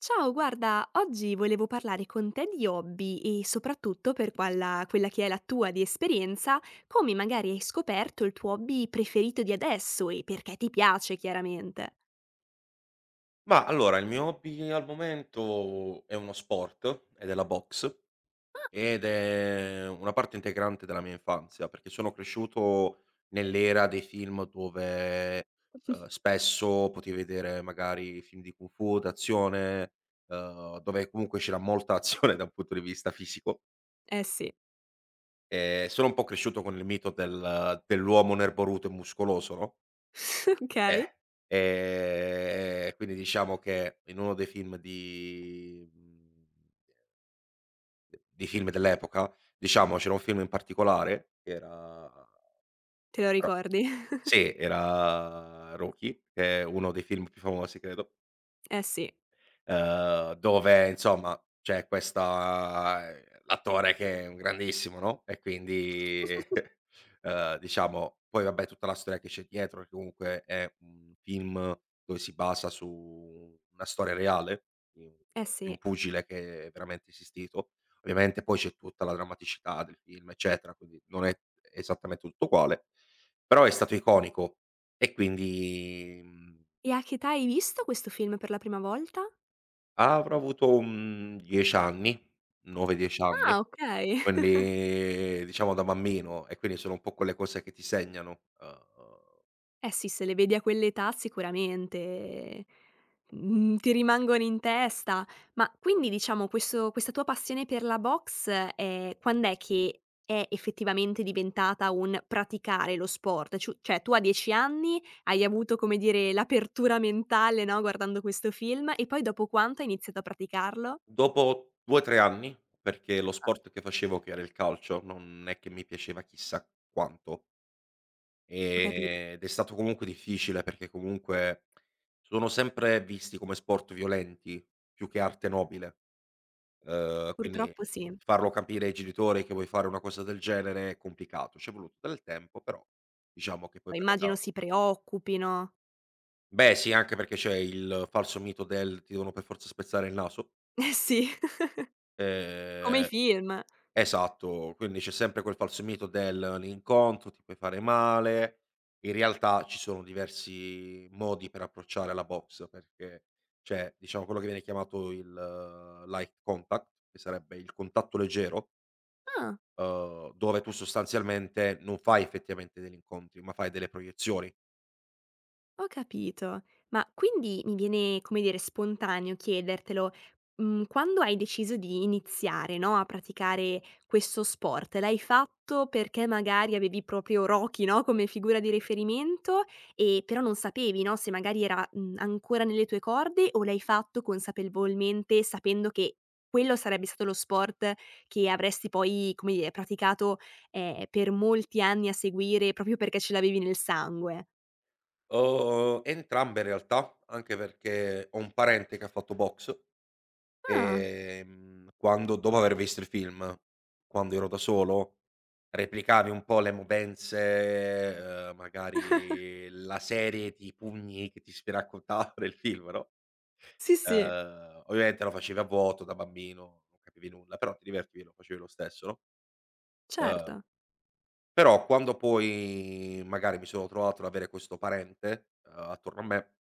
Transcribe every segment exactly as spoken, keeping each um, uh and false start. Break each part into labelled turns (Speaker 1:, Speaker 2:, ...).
Speaker 1: Ciao, guarda, oggi volevo parlare con te di hobby e soprattutto per quella, quella che è la tua di esperienza, come magari hai scoperto il tuo hobby preferito di adesso e perché ti piace chiaramente.
Speaker 2: Ma allora, il mio hobby al momento è uno sport ed è la boxe,
Speaker 1: Ah.
Speaker 2: ed è una parte integrante della mia infanzia, perché sono cresciuto nell'era dei film dove, uhm, spesso potevi vedere magari film di kung fu, d'azione, uhm, dove comunque c'era molta azione da un punto di vista fisico,
Speaker 1: Eh sì,
Speaker 2: e sono un po' cresciuto con il mito del dell'uomo nerboruto e muscoloso, no.
Speaker 1: okay,
Speaker 2: Eh, ehm, quindi diciamo che in uno dei film di mhmm, di film dell'epoca, diciamo c'era un film in particolare che era
Speaker 1: te lo
Speaker 2: era
Speaker 1: ricordi?
Speaker 2: sì, era Rocky, che è uno dei film più famosi credo.
Speaker 1: Eh sì.
Speaker 2: ehm, dove insomma c'è questa, ehm, l'attore che è un grandissimo, no, e quindi, ehm, diciamo, poi vabbè, tutta la storia che c'è dietro, che comunque è un film dove si basa su una storia reale di un
Speaker 1: Eh
Speaker 2: di
Speaker 1: sì.
Speaker 2: un pugile che è veramente esistito. Ovviamente poi c'è tutta la drammaticità del film, eccetera, quindi non è esattamente tutto uguale, però è stato iconico e quindi, mhmm
Speaker 1: E a che età hai visto questo film per la prima volta?
Speaker 2: Avrò avuto, mhmm, dieci anni, nove, dieci
Speaker 1: Ah. Ah,
Speaker 2: anni,
Speaker 1: okay.
Speaker 2: quindi diciamo da bambino, e quindi sono un po' quelle cose che ti segnano. Uhm,
Speaker 1: Eh sì, se le vedi a quell'età sicuramente, mhmm, ti rimangono in testa. Ma quindi diciamo questo questa tua passione per la boxe, ehm, quand'è che è effettivamente diventata un praticare lo sport? Ciu cioè tu a dieci anni hai avuto, come dire, l'apertura mentale, no, guardando questo film e poi dopo quanto hai iniziato a praticarlo?
Speaker 2: dopo due, tre anni, perché lo
Speaker 1: Ah.
Speaker 2: sport che facevo, che era il calcio, non è che mi piaceva chissà quanto.
Speaker 1: Ho capi
Speaker 2: Ehm, ed è stato comunque difficile, perché comunque sono sempre visti come sport violenti più che arte nobile. Ehm, quindi
Speaker 1: purtroppo sì.
Speaker 2: farlo capire ai genitori che vuoi fare una cosa del genere è complicato. C'è voluto del tempo, però diciamo che poi
Speaker 1: Poi
Speaker 2: per età.
Speaker 1: immagino si preoccupino.
Speaker 2: Beh sì, anche perché c'è il falso mito del: "Ti devono per forza spezzare il naso".
Speaker 1: Eh sì, come i
Speaker 2: Ehm,
Speaker 1: film.
Speaker 2: esatto, quindi c'è sempre quel falso mito del: "L'incontro, ti puoi fare male". In realtà ci sono diversi modi per approcciare la box, perché c'è, diciamo, quello che viene chiamato il uhm, light contact, che sarebbe il contatto leggero.
Speaker 1: Ah.
Speaker 2: Uhm, dove tu sostanzialmente non fai effettivamente degli incontri, ma fai delle proiezioni.
Speaker 1: Ho capito. Ma quindi mi viene, come dire, spontaneo chiedertelo, mhmm, quando hai deciso di iniziare, no, a praticare questo sport, l'hai fatto perché magari avevi proprio Rocky, no, come figura di riferimento e però non sapevi, no, se magari era, mhmm, ancora nelle tue corde o l'hai fatto consapevolmente sapendo che quello sarebbe stato lo sport che avresti poi, come dire, praticato, ehm, per molti anni a seguire proprio perché ce l'avevi nel sangue?
Speaker 2: Uhm, entrambe in realtà, anche perché ho un parente che ha fatto boxe.
Speaker 1: Ah.
Speaker 2: Ehm, quando, dopo aver visto il film, quando ero da solo, replicavi un po' le movenze, uhm, magari la serie di pugni che ti si raccontava nel film, no,
Speaker 1: Sì, sì,
Speaker 2: uhm, ovviamente lo facevi a vuoto da bambino, non capivi nulla, però ti divertivi e lo facevi lo stesso, no. uhm
Speaker 1: certo,
Speaker 2: Però quando poi magari mi sono trovato ad avere questo parente, uhm, attorno a me,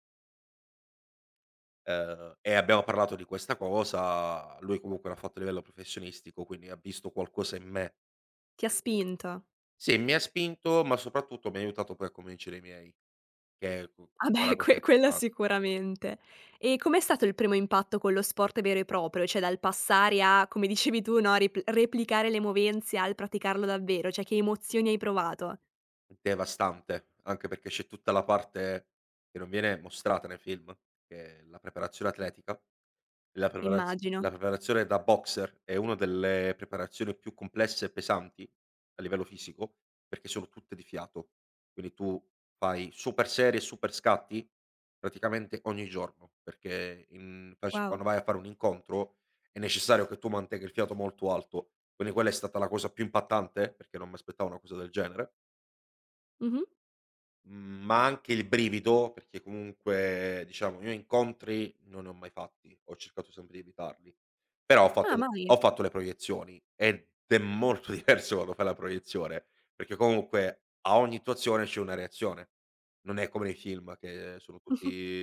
Speaker 2: ehm, e abbiamo parlato di questa cosa, lui comunque l'ha fatto a livello professionistico, quindi ha visto qualcosa in me.
Speaker 1: ti ha spinto.
Speaker 2: Sì, mi ha spinto, ma soprattutto mi ha aiutato poi a convincere i miei, che cu
Speaker 1: Ah
Speaker 2: è
Speaker 1: beh,
Speaker 2: la cosa
Speaker 1: que quello
Speaker 2: importan.
Speaker 1: sicuramente. E com'è stato il primo impatto con lo sport vero e proprio? Cioè dal passare a, come dicevi tu, no, rip replicare le movenze al praticarlo davvero, cioè che emozioni hai provato?
Speaker 2: Devastante, anche perché c'è tutta la parte che non viene mostrata nei film, che è la preparazione atletica. La preparaz
Speaker 1: Immagino.
Speaker 2: la preparazione da boxer è una delle preparazioni più complesse e pesanti a livello fisico, perché sono tutte di fiato. Quindi tu fai super serie e super scatti praticamente ogni giorno, perché in fac
Speaker 1: Wow.
Speaker 2: quando vai a fare un incontro è necessario che tu mantenga il fiato molto alto. Quindi quella è stata la cosa più impattante, perché non m'aspettavo una cosa del genere.
Speaker 1: Mh-mh.
Speaker 2: Mhmm, ma anche il brivido, perché comunque diciamo io incontri non ne ho mai fatti, ho cercato sempre di evitarli, però ho, certo,
Speaker 1: Ah
Speaker 2: fatto, d
Speaker 1: mai.
Speaker 2: ho fatto le proiezioni, ed è molto diverso quando fai la proiezione, perché comunque a ogni situazione c'è una reazione. Non è come nei film, che sono tutti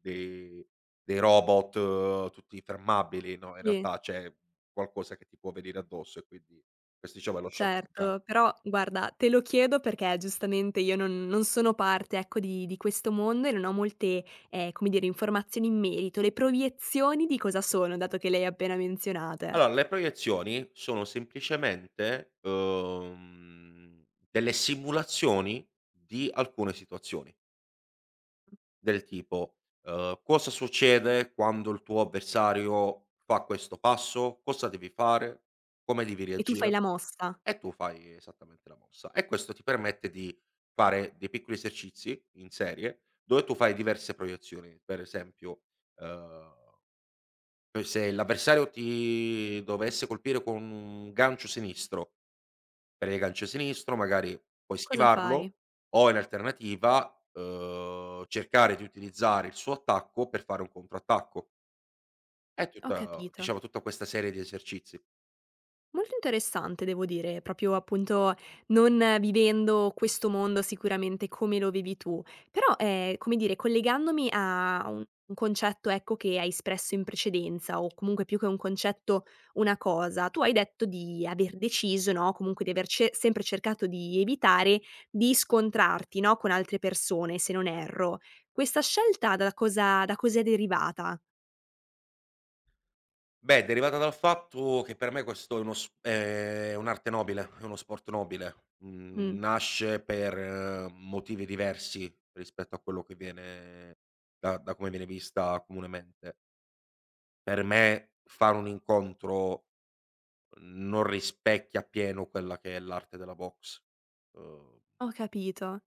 Speaker 2: dei dei robot, uhm, tutti fermabili, no, in
Speaker 1: Sì.
Speaker 2: realtà c'è qualcosa che ti può venire addosso, e quindi questo, diciamo, è lo shock più gran.
Speaker 1: Certo, però guarda, te lo chiedo perché giustamente io non non sono parte, ecco, di di questo mondo e non ho molte, ehm, come dire, informazioni in merito. Le proiezioni di cosa sono, dato che le hai appena menzionate?
Speaker 2: Allora, le proiezioni sono semplicemente, uhm, delle simulazioni di alcune situazioni, del tipo, uhm: cosa succede quando il tuo avversario fa questo passo, cosa devi fare, come devi
Speaker 1: E tu fai
Speaker 2: reagire,
Speaker 1: la mossa.
Speaker 2: e tu fai esattamente la mossa. E questo ti permette di fare dei piccoli esercizi in serie, dove tu fai diverse proiezioni. Per esempio, uhm poi, se l'avversario ti dovesse colpire con un gancio sinistro, prendi il gancio sinistro, magari puoi
Speaker 1: Cosa fai?
Speaker 2: schivarlo, o in alternativa, uhm, cercare di utilizzare il suo attacco per fare un controattacco. È
Speaker 1: Ho
Speaker 2: tutta,
Speaker 1: capito.
Speaker 2: diciamo, tutta questa serie di esercizi.
Speaker 1: Molto interessante devo dire, proprio appunto non vivendo questo mondo sicuramente come lo vivi tu, però, ehm, come dire, collegandomi a un un concetto, ecco, che hai espresso in precedenza o comunque più che un concetto, una cosa. Tu hai detto di aver deciso, no, comunque di aver ce sempre cercato di evitare di scontrarti, no, con altre persone, se non erro. Questa scelta da cosa da cos'è derivata?
Speaker 2: Beh, derivata dal fatto che per me questo è uno s è un'arte nobile, è uno sport nobile.
Speaker 1: Mh,
Speaker 2: Mhmm, nasce per uhm, motivi diversi rispetto a quello che viene, da da come viene vista comunemente. Per me fare un incontro non rispecchia appieno quella che è l'arte della boxe. Uhm,
Speaker 1: ho capito.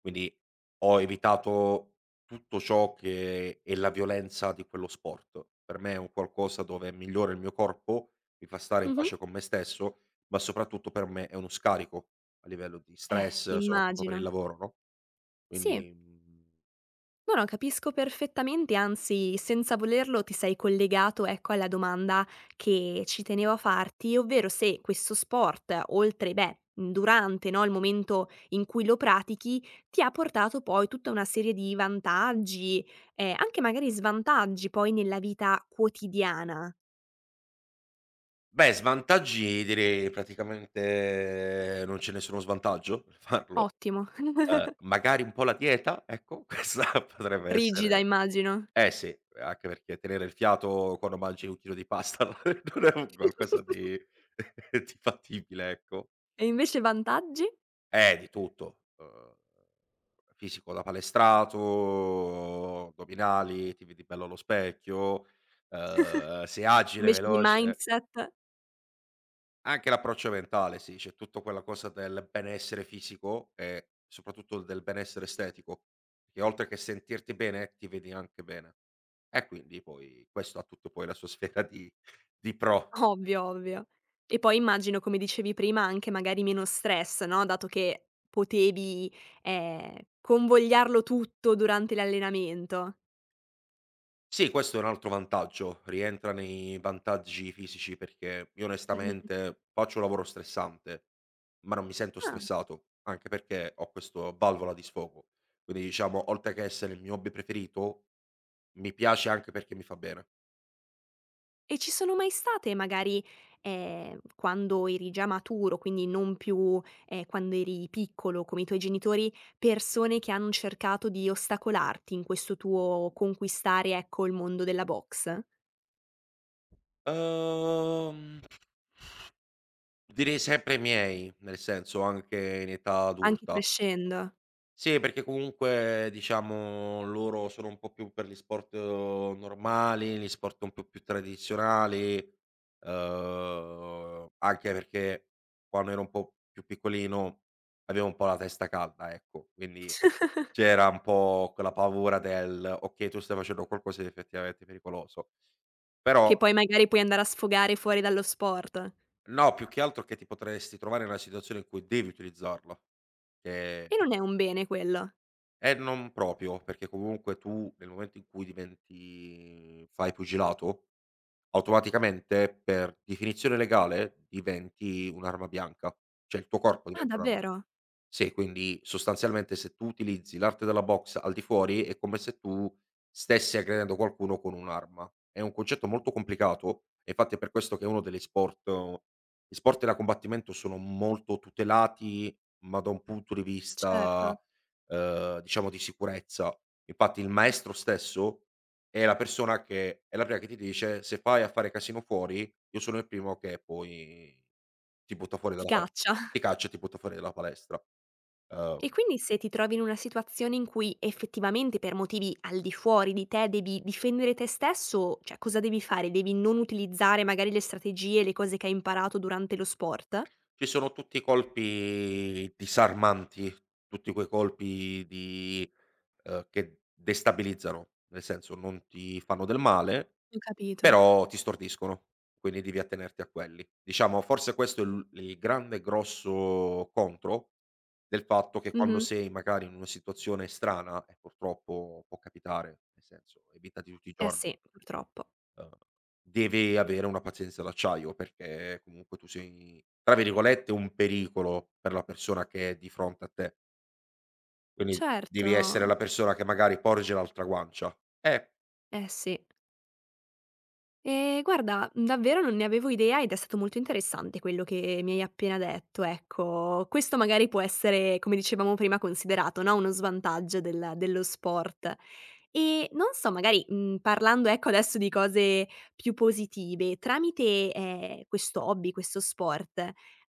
Speaker 2: quindi ho evitato tutto ciò che è la violenza di quello sport. Per me è un qualcosa dove migliora il mio corpo, mi fa stare in
Speaker 1: Mh-mh.
Speaker 2: pace con me stesso, ma soprattutto per me è uno scarico a livello di
Speaker 1: Eh,
Speaker 2: stress, soprattutto per il
Speaker 1: immagino.
Speaker 2: lavoro, no,
Speaker 1: Sì.
Speaker 2: quindi, mhmm,
Speaker 1: No, no, capisco perfettamente, anzi senza volerlo ti sei collegato, ecco, alla domanda che ci tenevo a farti, ovvero se questo sport oltre, beh, durante, no, il momento in cui lo pratichi, ti ha portato poi tutta una serie di vantaggi, eh, anche magari svantaggi poi nella vita quotidiana.
Speaker 2: beh, svantaggi direi praticamente non ce nessuno svantaggio nel farlo.
Speaker 1: Ottimo,
Speaker 2: Uhm, magari un po' la dieta, ecco, questa potrebbe
Speaker 1: rigida
Speaker 2: essere.
Speaker 1: immagino.
Speaker 2: Eh sì, anche perché tenere il fiato quando mangi un chilo di pasta non è un qualcosa di di fattibile, ecco.
Speaker 1: E invece vantaggi?
Speaker 2: Eh, di tutto, uhm, fisico da palestrato, addominali, ti vedi bello allo specchio, uhm, sei agile,
Speaker 1: Invece di
Speaker 2: veloce.
Speaker 1: mindset?
Speaker 2: Anche l'approccio mentale, sì, c'è tutto quella cosa del benessere fisico e soprattutto del benessere estetico, che oltre che sentirti bene, ti vedi anche bene. E quindi poi questo ha tutto poi la sua sfera di di pro.
Speaker 1: Ovvio, ovvio. E poi immagino, come dicevi prima, anche magari meno stress, no, dato che potevi, ehm, convogliarlo tutto durante l'allenamento.
Speaker 2: Sì, questo è un altro vantaggio, rientra nei vantaggi fisici, perché io
Speaker 1: Mh-mh.
Speaker 2: onestamente faccio un lavoro stressante, ma non mi sento
Speaker 1: Ah,
Speaker 2: stressato, anche perché ho questo valvola di sfogo. Quindi diciamo, oltre che essere il mio hobby preferito, mi piace anche perché mi fa bene.
Speaker 1: e ci sono mai state magari, ehm, quando eri già maturo, quindi non più, ehm, quando eri piccolo come i tuoi genitori, persone che hanno cercato di ostacolarti in questo tuo conquistare, ecco, il mondo della boxe?
Speaker 2: Uhm, direi sempre i miei, nel senso anche in età
Speaker 1: Anche
Speaker 2: adulta.
Speaker 1: crescendo,
Speaker 2: Sì, perché comunque diciamo loro sono un po' più per gli sport, eh, normali, gli sport un po' più tradizionali, uhm, anche perché quando ero un po' più piccolino avevo un po' la testa calda, ecco, quindi c'era un po' quella paura del: "Okay, tu stai facendo qualcosa di effettivamente pericoloso".
Speaker 1: che
Speaker 2: Però.
Speaker 1: poi magari puoi andare a sfogare fuori dallo sport?
Speaker 2: No, più che altro che ti potresti trovare nella situazione in cui devi utilizzarla, che.
Speaker 1: E non è un bene quello.
Speaker 2: Eh, non proprio, perché comunque tu, nel momento in cui diventi fai pugilato, automaticamente per definizione legale diventi un'arma bianca, cioè il tuo corpo
Speaker 1: Ah,
Speaker 2: diventa un'arma.
Speaker 1: davvero?
Speaker 2: Sì, quindi sostanzialmente se tu utilizzi l'arte della boxe al di fuori è come se tu stessi aggredendo qualcuno con un'arma. È un concetto molto complicato, e infatti è per questo che è uno degli sport, eh, gli sport da combattimento sono molto tutelati, ma da un punto di
Speaker 1: Certo.
Speaker 2: vista, ehm, diciamo, di sicurezza. Infatti il maestro stesso è la persona, che è la prima che ti dice: "Se vai a fare casino fuori, io sono il primo che poi ti butta fuori
Speaker 1: Ti
Speaker 2: dalla pale,
Speaker 1: caccia.
Speaker 2: ti caccia e ti butta fuori dalla palestra". Uhm,
Speaker 1: E quindi se ti trovi in una situazione in cui effettivamente per motivi al di fuori di te devi difendere te stesso, cioè cosa devi fare? Devi non utilizzare magari le strategie, le cose che hai imparato durante lo sport?
Speaker 2: ci sono tutti i colpi disarmanti, tutti quei colpi di uhm, che destabilizzano, nel senso non ti fanno del male,
Speaker 1: Ho capito.
Speaker 2: però ti stordiscono, quindi devi attenerti a quelli. Diciamo forse questo è il il grande grosso contro del fatto che quando
Speaker 1: Mh-mh.
Speaker 2: sei magari in una situazione strana, e purtroppo può capitare, nel senso è vita di tutti i
Speaker 1: Eh
Speaker 2: giorni.
Speaker 1: sì, purtroppo.
Speaker 2: Uhm, deve avere una pazienza d'acciaio, perché comunque tu sei, tra virgolette, "un pericolo" per la persona che è di fronte a te. Quindi devi essere
Speaker 1: Certo.
Speaker 2: la persona che magari porge l'altra guancia. Eh,
Speaker 1: Eh sì. Ehm, guarda, mhmm, davvero non ne avevo idea ed è stato molto interessante quello che mi hai appena detto, ecco. Questo magari può essere, come dicevamo prima, considerato, no, uno svantaggio del dello sport. E non so, magari, mhmm, parlando, ecco, adesso di cose più positive, tramite, ehm, questo hobby, questo sport,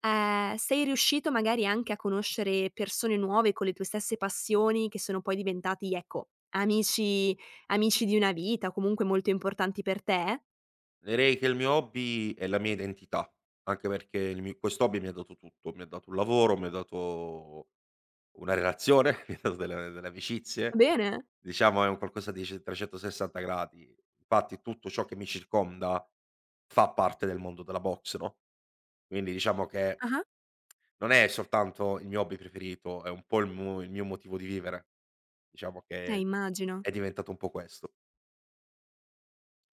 Speaker 1: ehm, sei riuscito magari anche a conoscere persone nuove con le tue stesse passioni che sono poi diventati, ecco, amici amici di una vita o comunque molto importanti per te?
Speaker 2: direi che il mio hobby è la mia identità, anche perché il mi quest'hobby mi ha dato tutto, mi ha dato un lavoro, mi ha dato una relazione, mi ha dato delle delle amicizie,
Speaker 1: Va bene.
Speaker 2: diciamo è un qualcosa di c trecentosessanta gradi. Infatti tutto ciò che mi circonda fa parte del mondo della boxe, no? Quindi diciamo che
Speaker 1: Ah-ah.
Speaker 2: non è soltanto il mio hobby preferito, è un po' il mu il mio motivo di vivere. Diciamo
Speaker 1: Eh,
Speaker 2: che
Speaker 1: immagino.
Speaker 2: è diventato un po' questo.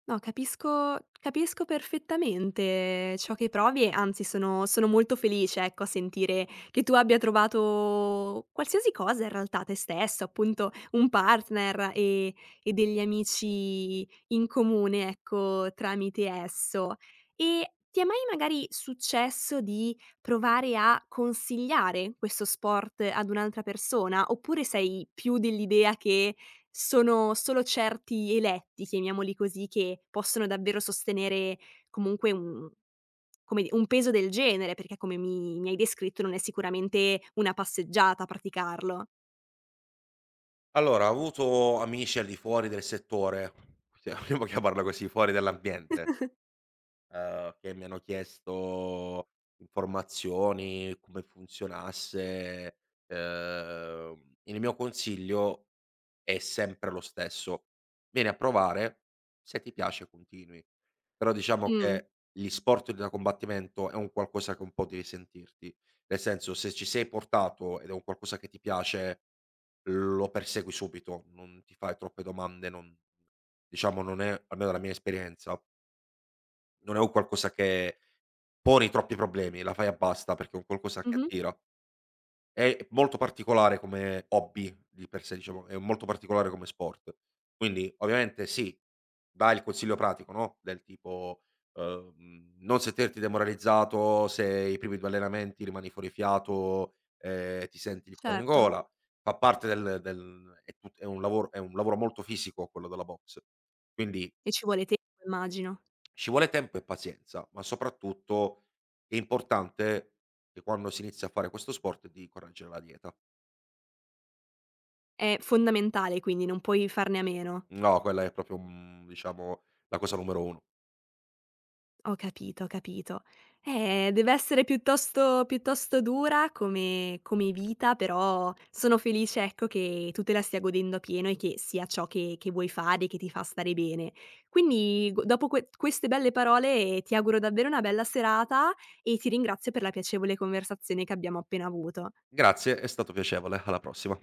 Speaker 1: No, capisco capisco perfettamente ciò che provi e anzi sono sono molto felice, ecco, a sentire che tu abbia trovato qualsiasi cosa in realtà, te stesso, appunto un partner e e degli amici in comune, ecco, tramite esso. E ti è mai magari successo di provare a consigliare questo sport ad un'altra persona, oppure sei più dell'idea che sono solo certi eletti, chiamiamoli così, che possono davvero sostenere comunque un come di un peso del genere, perché come mi mi hai descritto non è sicuramente una passeggiata praticarlo.
Speaker 2: Allora, ho avuto amici al di fuori del settore, cioè vogliamo chiamarla così, fuori dall'ambiente, ehm, che mi hanno chiesto informazioni, come funzionasse. Ehm, il mio consiglio è sempre lo stesso. Vieni a provare, se ti piace continui. Però diciamo
Speaker 1: Mh.
Speaker 2: che gli sport da combattimento è un qualcosa che un po' devi sentirti. Nel senso, se ci sei portato ed è un qualcosa che ti piace, lo persegui subito, non ti fai troppe domande, non, diciamo, non è, almeno dalla mia esperienza, non è un qualcosa che poni troppi problemi, la fai e basta, perché è un qualcosa che
Speaker 1: Mh-mh.
Speaker 2: attira. È molto particolare come hobby di per sé, diciamo, è molto particolare come sport. Quindi ovviamente sì, dà il consiglio pratico, no, del tipo, uhm, non sentirti demoralizzato se i primi due allenamenti rimani fuori fiato, ehm, ti senti il cuore in
Speaker 1: Certo.
Speaker 2: gola. Fa parte del del è tut è un lavoro è un lavoro molto fisico quello della boxe, quindi
Speaker 1: E ci vuole tempo immagino.
Speaker 2: ci vuole tempo e pazienza, ma soprattutto è importante, che quando si inizia a fare questo sport, di correggere la dieta.
Speaker 1: È fondamentale quindi, non puoi farne a meno.
Speaker 2: No, quella è proprio, mhmm, diciamo, la cosa numero uno.
Speaker 1: Ho capito, ho capito. Eh, deve essere piuttosto piuttosto dura come come vita, però sono felice, ecco, che tu te la stia godendo a pieno e che sia ciò che che vuoi fare e che ti fa stare bene. Quindi gu dopo que queste belle parole eh, ti auguro davvero una bella serata e ti ringrazio per la piacevole conversazione che abbiamo appena avuto.
Speaker 2: Grazie, è stato piacevole, alla prossima.